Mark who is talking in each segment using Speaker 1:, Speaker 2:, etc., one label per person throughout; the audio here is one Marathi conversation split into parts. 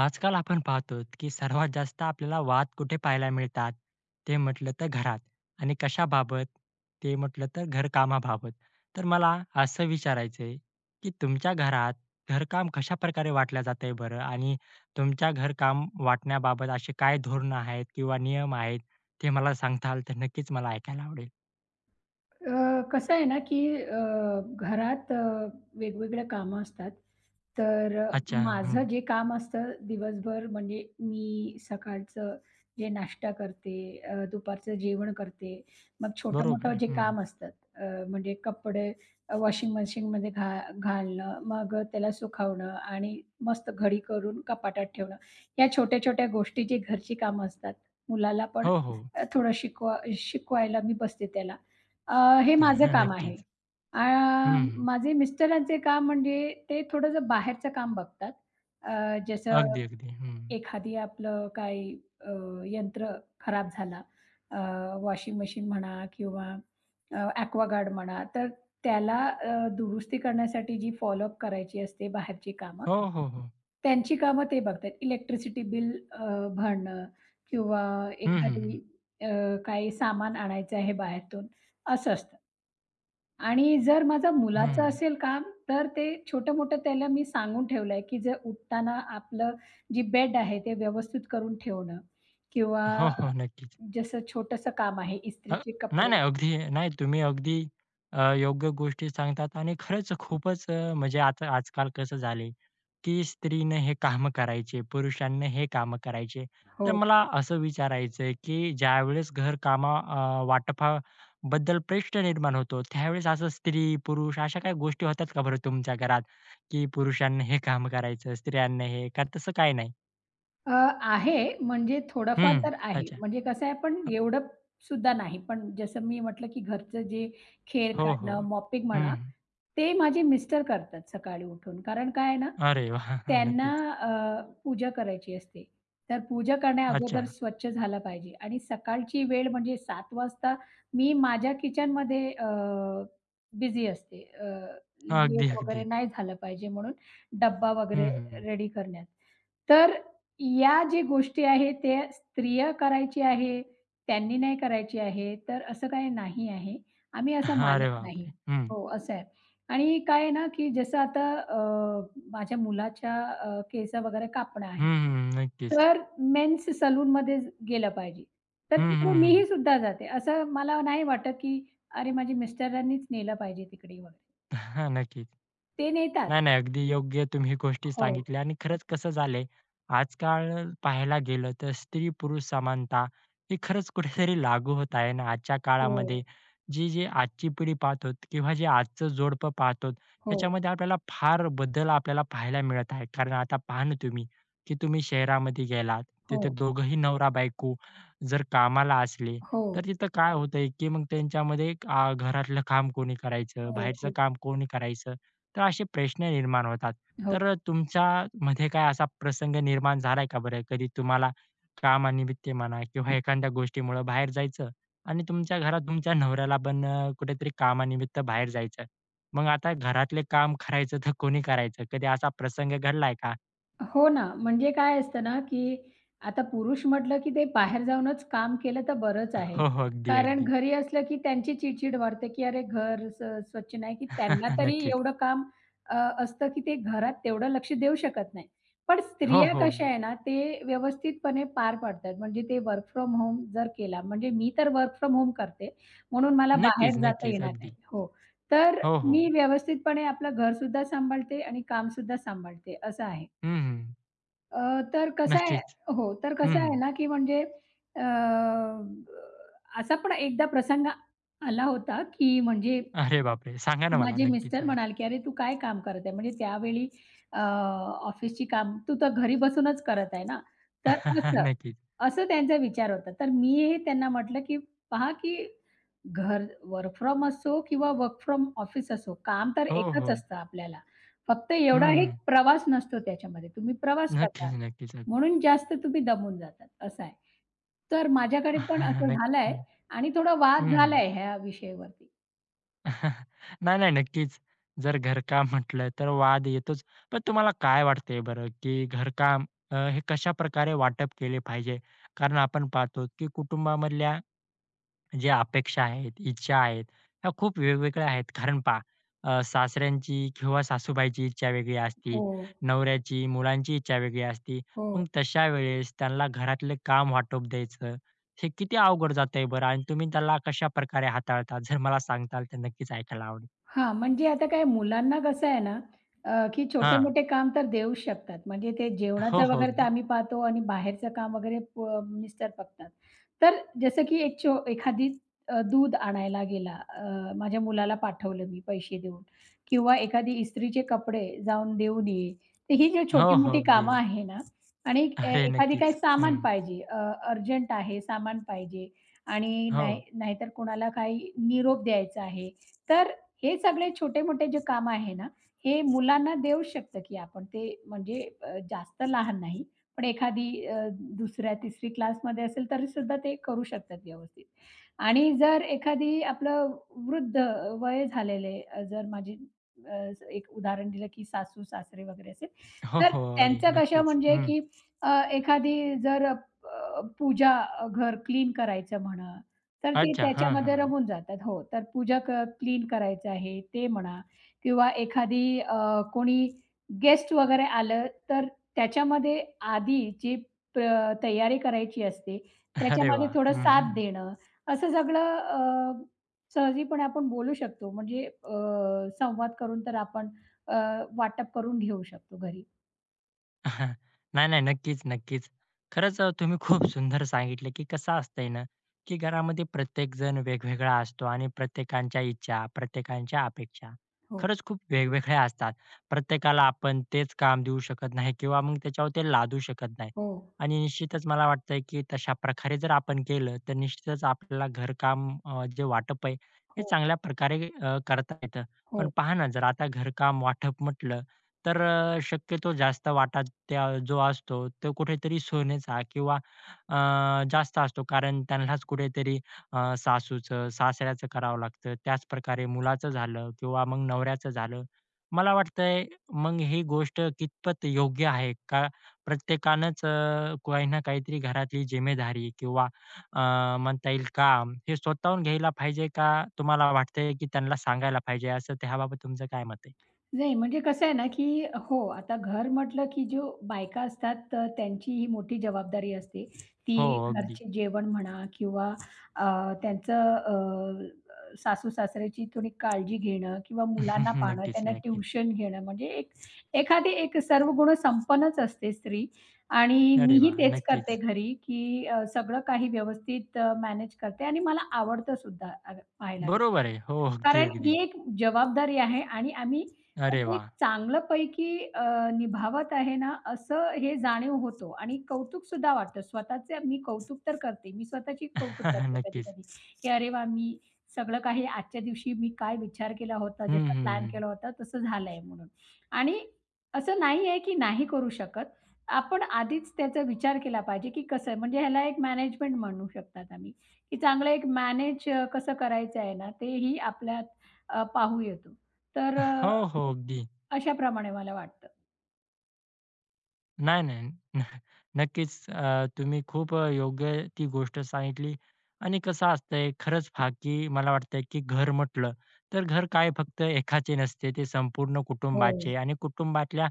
Speaker 1: आजकाल आपण पाहतो की सर्वात जास्त आपल्याला वाद कुठे पाहायला मिळतात ते म्हटलं तर घरात. आणि कशाबाबत? ते म्हटलं तर घरकामाबाबत. तर मला असं विचारायचंय की तुमच्या घरात घरकाम कशा प्रकारे वाटल्या जातंय बरं आणि तुमच्या घरकाम वाटण्याबाबत असे काय धोरणं आहेत किंवा नियम आहेत ते मला सांगताल तर नक्कीच मला ऐकायला आवडेल.
Speaker 2: कसं आहे ना, की घरात वेगवेगळ्या कामं असतात. तर
Speaker 1: अच्छा. हं.
Speaker 2: माझं जे काम असतं दिवसभर म्हणजे मी सकाळचं जे नाश्ता करते, दुपारचं जेवण करते. मग
Speaker 1: बरोबर
Speaker 2: छोटं-मोठं
Speaker 1: आहे.
Speaker 2: जे
Speaker 1: हं.
Speaker 2: काम असतात म्हणजे कपडे वॉशिंग मशीनमध्ये घालणं, मग त्याला सुकवणं आणि मस्त घडी करून कपाटात ठेवणं. या छोट्या-छोट्या गोष्टी जी घरची कामं असतात. मुलाला पण
Speaker 1: हो, हो.
Speaker 2: थोडं शिकवायला मी बसते त्याला. अ, हे माझं काम आहे.
Speaker 1: नक्कीच.
Speaker 2: अ,
Speaker 1: हं.
Speaker 2: माझे मिस्टरांचे काम म्हणजे ते थोडंसं बाहेरचं काम बघतात. अ, जसं
Speaker 1: अगदी, अगदी. हं.
Speaker 2: एखादी आपलं काही अ, यंत्र खराब झाला, अ, वॉशिंग मशीन म्हणा किंवा ॲक्वागार्ड म्हणा, तर त्याला दुरुस्ती करण्यासाठी जी फॉलोअप करायची असते बाहेरची कामं,
Speaker 1: हो, हो, हो.
Speaker 2: त्यांची कामं ते बघतात. इलेक्ट्रिसिटी बिल भरणं किंवा
Speaker 1: हं, हं, हं.
Speaker 2: एखादी अ, काही सामान आणायचं आहे बाहेरून, असं असतं. आणि जर माझ्या मुलाचं
Speaker 1: हं.
Speaker 2: असेल काम, तर ते छोटं-मोठं त्याला मी सांगून ठेवलंय, की जर उठताना आपलं जी बेड आहे, ते व्यवस्थित करून ठेवणं किंवा
Speaker 1: हो, हो. नक्कीच.
Speaker 2: जसं छोटंसं काम आहे,
Speaker 1: अ,
Speaker 2: इस्त्रीचे
Speaker 1: नाही,
Speaker 2: कपडे
Speaker 1: नाही. अगदी नाही तुम्ही अगदी योग्य गोष्टी सांगतात आणि खरंच खूपच म्हणजे आता आजकाल कसं झालंय, की स्त्रीने हे काम करायचे, पुरुषांनी हे काम करायचे.
Speaker 2: हो.
Speaker 1: तर मला असं विचारायचंय, की ज्यावेळेस घरकामा वाटपाबद्दल प्रश्न निर्माण होतो, त्यावेळेस असं स्त्री, पुरुष अशा काही गोष्टी होतात का बरं तुमच्या घरात, की पुरुषांनी हे काम करायचं, स्त्रियांनी हे? का तसं काही नाही?
Speaker 2: आहे म्हणजे थोडाफार
Speaker 1: हं.
Speaker 2: तर आहे.
Speaker 1: अच्छा.
Speaker 2: म्हणजे कसं आहे पण एवढं सुद्धा नाही. पण जसं मी म्हटलं, की घरचं जे खेळ
Speaker 1: हो, हो.
Speaker 2: काढणं, मॉपिंग म्हणा,
Speaker 1: हं.
Speaker 2: ते माझे मिस्टर करतात सकाळी उठून. कारण काय आहे ना,
Speaker 1: अरे वाह!
Speaker 2: त्यांना
Speaker 1: नक्कीच.
Speaker 2: पूजा करायची असते. तर पूजा करण्या
Speaker 1: अच्छा.
Speaker 2: अगोदर स्वच्छ झालं पाहिजे आणि सकाळची वेळ म्हणजे 7:00 वाजता मी माझ्या किचनमध्ये बिझी असते.
Speaker 1: हां, अगदी,
Speaker 2: लेट
Speaker 1: अगदी.
Speaker 2: वगैरे नाही झालं पाहिजे म्हणून डब्बा
Speaker 1: हं,
Speaker 2: वगैरे
Speaker 1: हं.
Speaker 2: रेडी करण्यात. तर या जी गोष्टी आहेत, त्या स्त्रिया करायची आहे, त्यांनी नाही करायची आहे, तर असं काही नाही आहे. आम्ही असं
Speaker 1: अरे
Speaker 2: मानत नाही.
Speaker 1: बापरे! हं.
Speaker 2: हो, असं आहे. आणि काय आहे ना, की जसं आता माझ्या मुलाच्या केस वगैरे कापणं आहे.
Speaker 1: हं, हं. नक्कीच.
Speaker 2: तर मेन्स सलूनमध्ये गेलं पाहिजे. तर
Speaker 1: हं, हं,
Speaker 2: तिकडे मीही
Speaker 1: हं.
Speaker 2: सुद्धा जाते. असं मला नाही वाटत, की अरे माझ्या मिस्टरांनीच नेलं पाहिजे तिकडे वगैरे.
Speaker 1: हां, नक्की.
Speaker 2: ते
Speaker 1: नाही,
Speaker 2: नेतात.
Speaker 1: नाही. अगदी योग्य तुम्ही गोष्टी
Speaker 2: हो,
Speaker 1: सांगितल्या आणि खरंच कसं झालंय, आजकाल पाहायला गेलं तर स्त्री-पुरुष समानता ही खरंच कुठेतरी लागू होत आहे ना आजच्या
Speaker 2: हो,
Speaker 1: काळामध्ये. जी आजची पिढी पाहतो किंवा जे आजचं जोडपं पाहतो,
Speaker 2: हो,
Speaker 1: ह्याच्यामध्ये आपल्याला फार बदल पाहायला मिळत आहे. कारण आता पहा ना तुम्ही, की तुम्ही शहरामध्ये गेलात,
Speaker 2: हो,
Speaker 1: तिथे दोघंही नवरा-बायको जर कामाला असले,
Speaker 2: हो,
Speaker 1: तर तिथं काय होतंय, की मग त्यांच्यामध्ये घरातलं काम कोणी करायचं,
Speaker 2: हो,
Speaker 1: बाहेरचं
Speaker 2: हो, हो,
Speaker 1: काम कोणी करायचं. तर असे प्रश्न निर्माण होतात.
Speaker 2: हो.
Speaker 1: तर तुमच्यामध्ये काय असा प्रसंग निर्माण झालाय का बरं? कधी तुम्हाला कामानिमित्त म्हणा किंवा एखाद्या गोष्टीमुळं बाहेर जायचं आणि तुमच्या घरात तुमच्या नवऱ्याला पण कुठेतरी कामानिमित्त बाहेर जायचं. मग आता घरातले काम करायचं तर कोणी करायचं? कधी असा प्रसंग घडलाय का?
Speaker 2: हो ना, म्हणजे काय असतं ना, की आता पुरुष म्हटलं, की ते बाहेर जाऊनच काम केलं तर बरंच आहे.
Speaker 1: हो, हो. अगदी,
Speaker 2: कारण
Speaker 1: अगदी.
Speaker 2: घरी असलं, की त्यांची चिड-चिड वाढते, की "अरे, घर स स्वच्छ नाही." की त्यांना तरी
Speaker 1: नक्कीच.
Speaker 2: एवढं काम अ, असतं, की ते घरात तेवढं लक्ष देऊ शकत नाही. पण
Speaker 1: हो,
Speaker 2: स्त्रिया
Speaker 1: हो.
Speaker 2: कशा आहे ना, ते व्यवस्थितपणे पार पाडतात. म्हणजे ते वर्क फ्रॉम होम जर केला म्हणजे मी तर वर्क फ्रॉम होम करते, म्हणून मला बाहेर
Speaker 1: नक्कीच,
Speaker 2: जाता
Speaker 1: नक्कीच.
Speaker 2: येणार
Speaker 1: अगदी.
Speaker 2: नाही. हो. तर
Speaker 1: हो, हो.
Speaker 2: मी व्यवस्थितपणे आपलं घरसुद्धा सांभाळते आणि कामसुद्धा सांभाळते, असं आहे.
Speaker 1: हं, हं.
Speaker 2: अ, तर कसं आहे
Speaker 1: नक्कीच.
Speaker 2: हो, तर कसं
Speaker 1: हं.
Speaker 2: आहे ना, की म्हणजे अ, असा पण एकदा प्रसंग आला होता, की म्हणजे
Speaker 1: अरे बापरे! सांगा ना मला.
Speaker 2: माझे
Speaker 1: नक्कीच
Speaker 2: मिस्टर
Speaker 1: ऐका.
Speaker 2: म्हणाले, की "अरे, तू काय काम करत आहे?" म्हणजे त्यावेळी अ, ऑफिसची काम तू तर घरी बसूनच करत आहे ना. तर असं,
Speaker 1: नक्कीच.
Speaker 2: असं त्यांचा विचार होता. तर मी हे त्यांना म्हटलं, की "पहा, की घर वर्क फ्रॉम असो किंवा वर्क फ्रॉम ऑफिस असो, काम तर
Speaker 1: हो,
Speaker 2: एकच
Speaker 1: हो.
Speaker 2: असतं आपल्याला. फक्त एवढा
Speaker 1: हं,
Speaker 2: एक प्रवास नसतो त्याच्यामध्ये. तुम्ही प्रवास
Speaker 1: नक्कीच,
Speaker 2: करता,
Speaker 1: नक्कीच. अगदी.
Speaker 2: म्हणून जास्त तुम्ही दमून जातात." असं आहे. तर माझ्याकडे पण असं
Speaker 1: नक्क
Speaker 2: झालंय
Speaker 1: हं,
Speaker 2: आणि थोडा वाद
Speaker 1: हं, हं.
Speaker 2: झालाय ह्या विषयावरती.
Speaker 1: नाही, नाही. नक्कीच. जर घरकाम म्हटलं तर वाद येतोच. पण तुम्हाला काय वाटतंय बरं, की घरकाम हे कशाप्रकारे वाटप केले पाहिजे? कारण आपण पाहतो, की कुटुंबामधल्या ज्या अपेक्षा आहेत, इच्छा आहेत, ह्या खूप वेगवेगळ्या आहेत. कारण पहा, सासऱ्यांची किंवा सासूबाईची इच्छा वेगळी असते,
Speaker 2: हो,
Speaker 1: नवऱ्याची, मुलांची इच्छा वेगळी असते.
Speaker 2: हो.
Speaker 1: मग तशा वेळेस त्यांना घरातलं काम वाटप द्यायचं, हे किती अवघड जातंय बरं आणि तुम्ही त्याला कशाप्रकारे हाताळता? जर मला सांगताल तर नक्कीच ऐकायला आवडेल.
Speaker 2: हां, म्हणजे आता काय मुलांना कसं आहे ना, की
Speaker 1: हां.
Speaker 2: छोटे-मोठे काम तर देऊ शकतात. म्हणजे ते
Speaker 1: हो,
Speaker 2: जेवणाचं
Speaker 1: हो.
Speaker 2: वगैरे तर
Speaker 1: अगदी.
Speaker 2: आम्ही पाहतो आणि बाहेरचं काम वगैरे प मिस्टर बघतात. तर जसं की एक एखादी दूध आणायला गेला, माझ्या मुलाला पाठवलं मी पैसे देऊन किंवा एखादी इस्त्रीचे कपडे जाऊन देऊन ये. तर ही जी
Speaker 1: हो, हो.
Speaker 2: छोटी-मोठी
Speaker 1: अगदी, अगदी.
Speaker 2: कामं आहे ना आणि
Speaker 1: अरे
Speaker 2: एखादी काही
Speaker 1: नक्कीच. हं.
Speaker 2: सामान पाहिजे, अर्जंट आहे, सामान पाहिजे आणि
Speaker 1: हो.
Speaker 2: नाही नाहीतर कोणाला काही निरोप द्यायचा आहे. तर हे सगळे छोटे-मोठे जे कामं आहे ना, हे मुलांना देऊ शकतं, की आपण ते म्हणजे जास्त लहान नाही, पण एखादी 2ऱ्या-3री क्लासमध्ये असेल तरी सुद्धा ते करू शकतात व्यवस्थित. आणि जर एखादी आपलं वृद्ध वय झालेले जर माझी अ, एक उदाहरण दिलं, की सासू-सासरे वगैरे असेल,
Speaker 1: हो,
Speaker 2: तर
Speaker 1: हो. अरे
Speaker 2: त्यांचं कसं
Speaker 1: नक्कीच.
Speaker 2: म्हणजे,
Speaker 1: हं.
Speaker 2: की एखादी जर पूजा घर क्लीन करायचं म्हणा तर ते
Speaker 1: अच्छा. हां,
Speaker 2: त्याच्यामध्ये
Speaker 1: हां.
Speaker 2: रमून जातात. हो, तर पूजा क्लीन करायचं आहे ते म्हणा किंवा एखादी कोणी गेस्ट वगैरे आलं, तर त्याच्यामध्ये आधी जी प्र तयारी करायची असते,
Speaker 1: अरे
Speaker 2: त्याच्यामध्ये
Speaker 1: वाह!
Speaker 2: थोडं
Speaker 1: हं,
Speaker 2: साथ
Speaker 1: हं.
Speaker 2: देणं, असं सगळं सहजीपणे आपण बोलू शकतो. म्हणजे संवाद करून तर आपण अ, वाटप करून घेऊ शकतो घरी.
Speaker 1: नाही, नाही. नक्कीच, नक्कीच. खरंच तुम्ही खूप सुंदर सांगितलं, की कसं असतंय ना, की घरामध्ये प्रत्येकजण वेगवेगळा असतो आणि प्रत्येकांच्या इच्छा, प्रत्येकांच्या अपेक्षा
Speaker 2: हो,
Speaker 1: खरंच खूप वेगवेगळ्या असतात. प्रत्येकाला आपण तेच काम देऊ शकत नाही किंवा मग त्याच्यावर ते लादू शकत नाही.
Speaker 2: हो,
Speaker 1: आणि निश्चितच मला वाटतंय, की तशा प्रकारे जर आपण केलं, तर निश्चितच आपल्याला घरकाम जे वाटप आहे, हे
Speaker 2: हो,
Speaker 1: चांगल्या प्रकारे करता येतं. पण
Speaker 2: हो.
Speaker 1: पहा ना, जर आता घरकाम वाटप म्हटलं तर शक्यतो जास्त वाटा त्या जो असतो तो कुठेतरी सोन्याचा किंवा जास्त असतो. कारण त्यांनाच कुठेतरी सासूचं, सासऱ्याचं करावं लागतं. त्याचप्रकारे मुलाचं झालं किंवा मग नवऱ्याचं झालं. मला वाटतंय मग ही गोष्ट कितपत योग्य आहे का? प्रत्येकानंच काही ना काहीतरी घरातली जिम्मेदारी किंवा म्हणता येईल काम हे स्वतःहून घ्यायला पाहिजे का? तुम्हाला वाटतंय की त्यांना सांगायला पाहिजे असं त्याबाबत तुमचं काय मत आहे?
Speaker 2: नाही, म्हणजे कसं आहे ना, की हो, आता घर म्हटलं की जो बायका असतात, तर त्यांची ही मोठी जबाबदारी असते. ती
Speaker 1: हो, अगदी.
Speaker 2: घरचे जेवण म्हणा किंवा अ, त्यांचं सासू-सासऱ्याची थोडी काळजी घेणं किंवा मुलांना पाहणं,
Speaker 1: नक्कीच,
Speaker 2: त्यांना
Speaker 1: नक्कीच.
Speaker 2: ट्युशन घेणं, म्हणजे एक एखादी एक सर्व गुण संपन्नच असते स्त्री आणि
Speaker 1: अरे वा,
Speaker 2: मीही तेच
Speaker 1: नक्कीच.
Speaker 2: करते घरी, की सगळं काही व्यवस्थित मॅनेज करते आणि मला आवडतं सुद्धा पाहायला
Speaker 1: बरोबर आहे. हो, अगदी,
Speaker 2: कारण
Speaker 1: अगदी.
Speaker 2: ही एक जबाबदारी आहे आणि आम्ही
Speaker 1: अरे
Speaker 2: ते
Speaker 1: वा,
Speaker 2: चांगल्यापैकी निभावत आहे ना, असं हे जाणीव होतो आणि कौतुकसुद्धा वाटतं. स्वतःचे मी कौतुक तर करते. मी स्वतःची कौतुक करते
Speaker 1: नक्कीच.
Speaker 2: कधी-कधी, की "अरे वाह! मी सगळं काही आजच्या दिवशी मी काय विचार केला होता,
Speaker 1: हं,
Speaker 2: जसा
Speaker 1: हं,
Speaker 2: प्लॅन
Speaker 1: हं.
Speaker 2: केला होता, तसं झालंय" म्हणून. आणि असं नाही आहे, की नाही करू शकत. आपण आधीच त्याचा विचार केला पाहिजे, की कसं आहे म्हणजे ह्याला एक मॅनेजमेंट म्हणू शकतात आम्ही. की चांगलं एक मॅनेज कसं करायचं आहे ना, तेही आपल्यात पाहू येतो. तर
Speaker 1: हो, हो. अगदी.
Speaker 2: अशाप्रमाणे मला वाटतं.
Speaker 1: नाही, नाही. न- नक्कीच तुम्ही खूप योग्य ती गोष्ट सांगितली आणि कसं असतंय खरंच फाकी मला वाटतंय, की घर म्हटलं तर घर काय फक्त एकाचे नसते, ते संपूर्ण
Speaker 2: हो,
Speaker 1: कुटुंबाचे आणि कुटुंबातल्या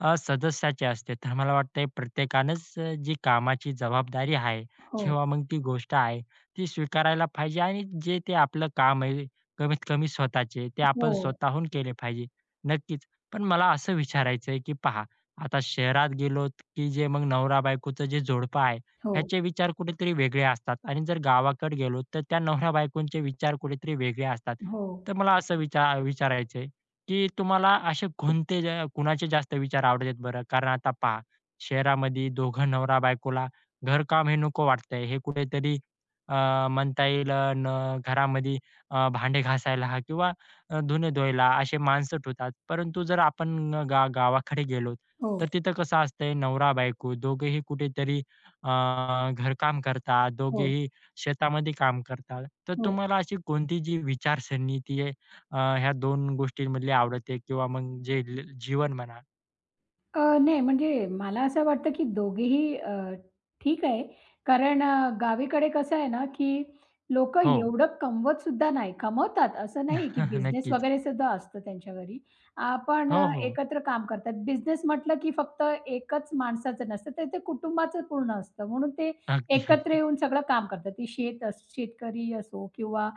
Speaker 1: सदस्याचे असते. तर मला वाटतंय प्रत्येकानंच जी कामाची जबाबदारी आहे
Speaker 2: हो,
Speaker 1: किंवा मग ती गोष्ट आहे, ती स्वीकारायला पाहिजे आणि जे ते आपलं काम आहे, कमीत कमी स्वतःचे, ते
Speaker 2: हो,
Speaker 1: आपण स्वतःहून केले पाहिजे. नक्कीच. पण मला असं विचारायचंय, की पहा आता शहरात गेलो की जे मग नवरा-बायकोचं जे जोडपं आहे,
Speaker 2: हो,
Speaker 1: ह्याचे विचार कुठेतरी वेगळे असतात आणि जर गावाकडे गेलो तर त्या नवरा-बायकोंचे विचार कुठेतरी वेगळे असतात.
Speaker 2: हो,
Speaker 1: तर मला असं विचारायचंय, की तुम्हाला असे कोणते कुणाचे जास्त विचार आवडतात बरं? कारण आता पहा, शहरामध्ये दोघं नवरा-बायकोला घरकाम हे नको वाटतंय. हे कुठेतरी अ, म्हणता येईल अ, न घरामध्ये भांडे घासायला किंवा धुणे धुवायला असे माणसं ठेवतात. परंतु जर आपण गावाकडे गेलो
Speaker 2: हो,
Speaker 1: तर तिथं कसं असतंय नवरा-बायको दोघेही कुठेतरी अ, घरकाम करतात,
Speaker 2: हो.
Speaker 1: दोघेही शेतामध्ये काम करतात. तर
Speaker 2: हो.
Speaker 1: तुम्हाला अशी कोणती जी विचारसरणी ती आहे ह्या 2 गोष्टींमधली आवडते किंवा मग जे जीवन म्हणा?
Speaker 2: नाही म्हणजे मला असं वाटतं, की दोघेही ठीक आहे. कारण गावीकडे कसं आहे ना, की लोकं
Speaker 1: हो.
Speaker 2: एवढं कमवत सुद्धा नाही. कमवतात असं नाही, की बिझनेस हं.
Speaker 1: नक्कीच.
Speaker 2: वगैरे सुद्धा असतं त्यांच्या घरी. पण
Speaker 1: हो, हो.
Speaker 2: एकत्र काम करतात. बिझनेस म्हटलं, की फक्त एकच माणसाचं नसतं, तर ते कुटुंबाचं पूर्ण असतं. म्हणून ते
Speaker 1: अगदी,
Speaker 2: एकत्र
Speaker 1: अगदी.
Speaker 2: येऊन सगळं काम करतात. ती शेतकरी असो किंवा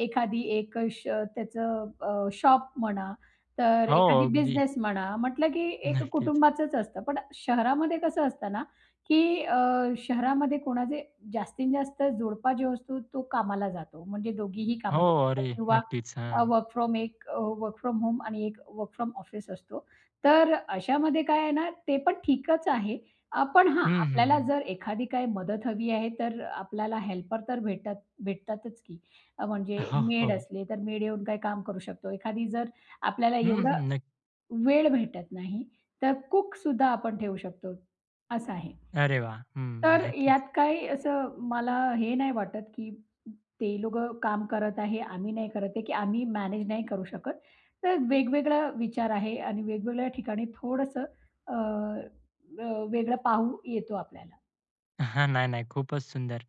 Speaker 2: एखादी एक त्याचं शॉप म्हणा तर
Speaker 1: हो,
Speaker 2: एखादी
Speaker 1: अगदी.
Speaker 2: बिझनेस म्हणा, म्हटलं की एक
Speaker 1: नक्कीच.
Speaker 2: कुटुंबाचंच असतं. पण शहरामध्ये कसं असतं ना, की शहरामध्ये कोणाचे जास्तीत जास्त जोडपा जो असतो तो कामाला जातो. म्हणजे दोघीही
Speaker 1: हो.
Speaker 2: कामाला जातात
Speaker 1: अरे!
Speaker 2: किंवा
Speaker 1: नक्कीच. हां.
Speaker 2: वर्क फ्रॉम एक वर्क फ्रॉम होम आणि एक वर्क फ्रॉम ऑफिस असतो. तर अशामध्ये काय आहे ना, ते पण ठीकच आहे. पण हां,
Speaker 1: हं, हं,
Speaker 2: आपल्याला
Speaker 1: हं.
Speaker 2: जर एखादी काही मदत हवी आहे, तर आपल्याला हेल्पर तर भेटतातच की. म्हणजे
Speaker 1: हो,
Speaker 2: मेड
Speaker 1: हो.
Speaker 2: असले, तर मेड येऊन काही काम करू शकतो. एखादी जर आपल्याला
Speaker 1: हं,
Speaker 2: एवढा
Speaker 1: हं.
Speaker 2: वेळ भेटत नाही, तर कुकसुद्धा आपण ठेवू शकतो, असं आहे.
Speaker 1: अरे वाह! हं.
Speaker 2: तर
Speaker 1: नक्कीच.
Speaker 2: यात काही असं मला हे नाही वाटत, की ते लोकं काम करत आहे, आम्ही नाही करत आहे, की आम्ही मॅनेज नाही करू शकत. तर वेगवेगळा विचार आहे आणि वेगवेगळ्या ठिकाणी थोडंसं अ, अ, वेगळं पाहू येतो आपल्याला.
Speaker 1: हां. नाही, नाही. खूपच सुंदर.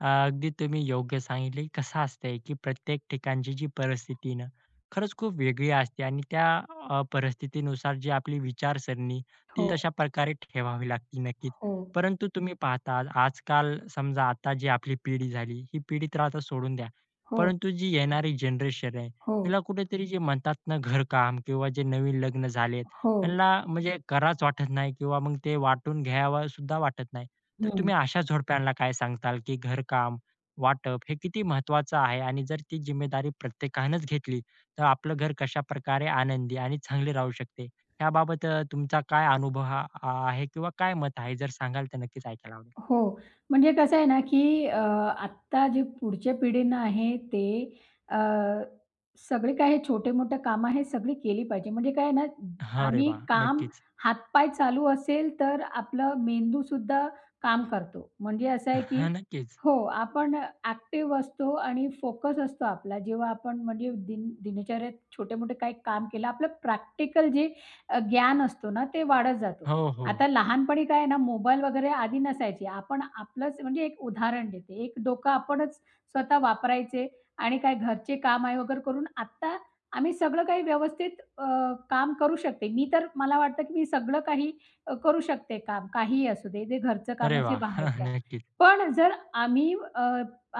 Speaker 1: अगदी तुम्ही योग्य सांगितले. कसं असतंय, की प्रत्येक ठिकाणची जी परिस्थिती ना, खरंच खूप वेगळी असते आणि त्या परिस्थितीनुसार जी आपली विचारसरणी ती
Speaker 2: हो,
Speaker 1: तशा प्रकारे ठेवावी लागते नक्कीच.
Speaker 2: हो,
Speaker 1: परंतु तुम्ही पाहता आजकाल समजा आता जी आपली पिढी झाली, ही पिढी तर आता सोडून द्या.
Speaker 2: हो,
Speaker 1: परंतु जी येणारी जनरेशन आहे,
Speaker 2: हो,
Speaker 1: हिला कुठेतरी जे म्हणतात ना घरकाम किंवा जे नवीन लग्न झालेत,
Speaker 2: हो.
Speaker 1: ह्यांना म्हणजे करावंच वाटत नाही किंवा मग ते वाटून घ्यावं सुद्धा वाटत नाही. तर
Speaker 2: हं.
Speaker 1: तुम्ही अशा जोडप्यांना काय सांगताल, की घरकाम, वाटप हे किती महत्त्वाचं आहे आणि जर ती जिम्मेदारी प्रत्येकानंच घेतली, तर आपलं घर कशा प्रकारे आनंदी आणि चांगले राहू शकते? याबाबत तुमचा काय अनुभव हा आहे किंवा काय मत आहे? जर सांगाल तर नक्कीच ऐकायला आवडेल.
Speaker 2: हो. म्हणजे कसं आहे ना, की आत्ता जे पुढच्या पिढीनं आहे ते अ, सगळे काय हे छोटे-मोठे कामं आहे सगळी केली पाहिजे. म्हणजे काय आहे ना,
Speaker 1: अरे
Speaker 2: आम्ही
Speaker 1: वाह!
Speaker 2: काम
Speaker 1: नक्कीच.
Speaker 2: हातपाय चालू असेल तर आपला मेंदूसुद्धा काम करतो. म्हणजे असं आहे,
Speaker 1: हा,
Speaker 2: की
Speaker 1: नक्कीच.
Speaker 2: हो, आपण ॲक्टिव्ह असतो आणि फोकस असतो आपला. जेव्हा आपण म्हणजे दिनचर्येत छोटे-मोठे काही काम केलं, आपलं प्रॅक्टिकल जे ज्ञान असतो ना, ते वाढत जातो.
Speaker 1: हो, हो.
Speaker 2: आता लहानपणी काय आहे ना, मोबाईल वगैरे आधी नसायचे. आपण आपलंच म्हणजे एक उदाहरण देते. एक डोकं आपणच स्वतः वापरायचे आणि काय घरचे काम आहे वगैरे करून आत्ता आम्ही सगळं काही व्यवस्थित काम करू शकते. मी तर मला वाटतं, की मी सगळं काही करू शकते काम. काहीही असू दे, ते घरचं काम
Speaker 1: अरे
Speaker 2: असे
Speaker 1: वाह!
Speaker 2: बाहेरचं.
Speaker 1: नक्कीच.
Speaker 2: पण जर आम्ही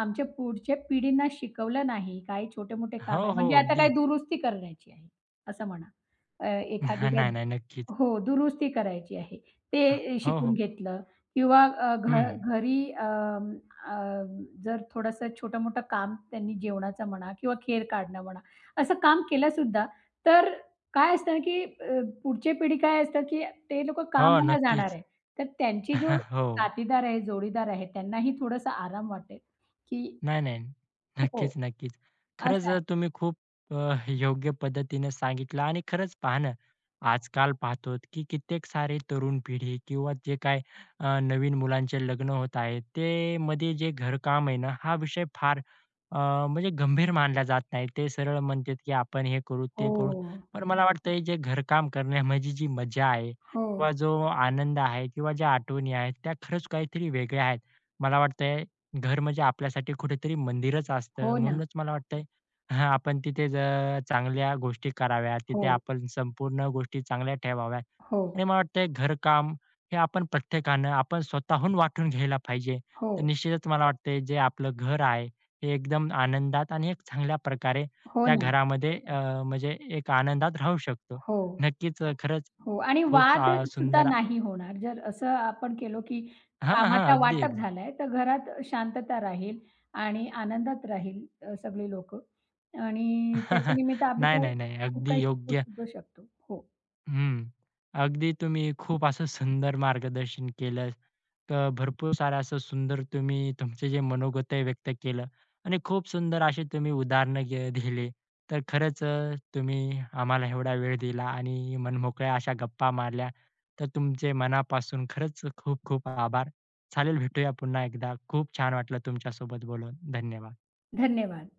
Speaker 2: आमच्या पुढच्या पिढींना शिकवलं नाही, काही छोटे-मोठे
Speaker 1: हो,
Speaker 2: काम आहे
Speaker 1: हो.
Speaker 2: म्हणजे आता काय
Speaker 1: अगदी.
Speaker 2: दुरुस्ती करण्याची आहे, असं म्हणा.
Speaker 1: हा,
Speaker 2: एखादी काय
Speaker 1: नाही, नाही. नक्कीच.
Speaker 2: हो, दुरुस्ती करायची आहे. ते
Speaker 1: हो,
Speaker 2: शिकून
Speaker 1: हो.
Speaker 2: घेतलं किंवा
Speaker 1: हं.
Speaker 2: घरी अ, जर थोडंसं छोटं-मोठं काम त्यांनी जेवणाचं म्हणा किंवा खेर काढणं म्हणा, असं काम केलंसुद्धा, तर काय असतं ना, की पुढची पिढी काय असतात, की ते लोकं
Speaker 1: हो,
Speaker 2: कामाला जाणार
Speaker 1: नक्कीच.
Speaker 2: आहे. तर त्यांची जो
Speaker 1: हो.
Speaker 2: साथीदार आहे, जोडीदार आहे, त्यांनाही थोडासा आराम वाटेल, की
Speaker 1: नाही, नाही.
Speaker 2: हो,
Speaker 1: नक्कीच, नक्कीच.
Speaker 2: असं
Speaker 1: खरंच
Speaker 2: आहे.
Speaker 1: तुम्ही खूप योग्य पद्धतीने सांगितलं आणि खरंच पहा ना, आजकाल पाहतो की कित्येक सारे तरुण पिढी किंवा जे काय नवीन मुलांचे लग्न होत आहेत, ते मध्ये जे घरकाम आहे ना, हा विषय फार अ, म्हणजे गंभीर मानला जात नाही. ते सरळ म्हणतात की आपण हे करू, ते
Speaker 2: हो,
Speaker 1: करू. पण मला वाटतं जे घरकाम करण्यामध्ये जी मजा आहे
Speaker 2: हो,
Speaker 1: किंवा जो आनंद आहे किंवा ज्या आठवणी आहेत, त्या खरंच काहीतरी वेगळ्या आहेत. मला वाटतंय घर म्हणजे आपल्यासाठी कुठेतरी मंदिरच असतं.
Speaker 2: हो ना.
Speaker 1: म्हणूनच मला वाटतंय हां, आपण तिथे जर चांगल्या गोष्टी कराव्यात,
Speaker 2: हो,
Speaker 1: तिथे आपण संपूर्ण गोष्टी चांगल्या ठेवाव्यात
Speaker 2: हो,
Speaker 1: आणि मला वाटतंय घरकाम हे प्रत्येकानं आपण स्वतःहून वाटून घ्यायला पाहिजे.
Speaker 2: हो,
Speaker 1: तर निश्चितच मला वाटतंय जे आपलं घर आहे, हे एकदम आनंदात आणि एक चांगल्या प्रकारे
Speaker 2: हो
Speaker 1: त्या
Speaker 2: ना.
Speaker 1: घरामध्ये म्हणजे एक आनंदात राहू शकतो.
Speaker 2: हो.
Speaker 1: नक्कीच खरंच
Speaker 2: हो आणि
Speaker 1: खूप
Speaker 2: वाद सुद्धा
Speaker 1: सुंदर
Speaker 2: नाही होणार. जर असं आपण केलं, की
Speaker 1: हां, हां.
Speaker 2: कामाचा
Speaker 1: अगदी,
Speaker 2: वाटप
Speaker 1: अगदी.
Speaker 2: झालाय, तर घरात शांतता राहील आणि आनंदात राहील सगळी लोकं आणि त्याच्या निमित्त आम्ही
Speaker 1: नाही,
Speaker 2: काही
Speaker 1: नाही, नाही.
Speaker 2: खूप
Speaker 1: अगदी
Speaker 2: काही शिकू
Speaker 1: योग्य
Speaker 2: सुद्धा शकतो. हो,
Speaker 1: हं. अगदी तुम्ही खूप असं सुंदर मार्गदर्शन केलं. तर भरपूर सारं असं सुंदर तुम्ही तुमचे जे मनोगत आहे व्यक्त केलं आणि खूप सुंदर अशी तुम्ही उदाहरणं दिले. तर खरंच तुम्ही आम्हाला एवढा वेळ दिला आणि मनमोकळ्या अशा गप्पा मारल्या. तर तुमचे मनापासून खरंच खूप खूप आभार. चालेल भेटूया पुन्हा एकदा. खूप छान वाटलं तुमच्यासोबत बोलून. धन्यवाद.
Speaker 2: धन्यवाद.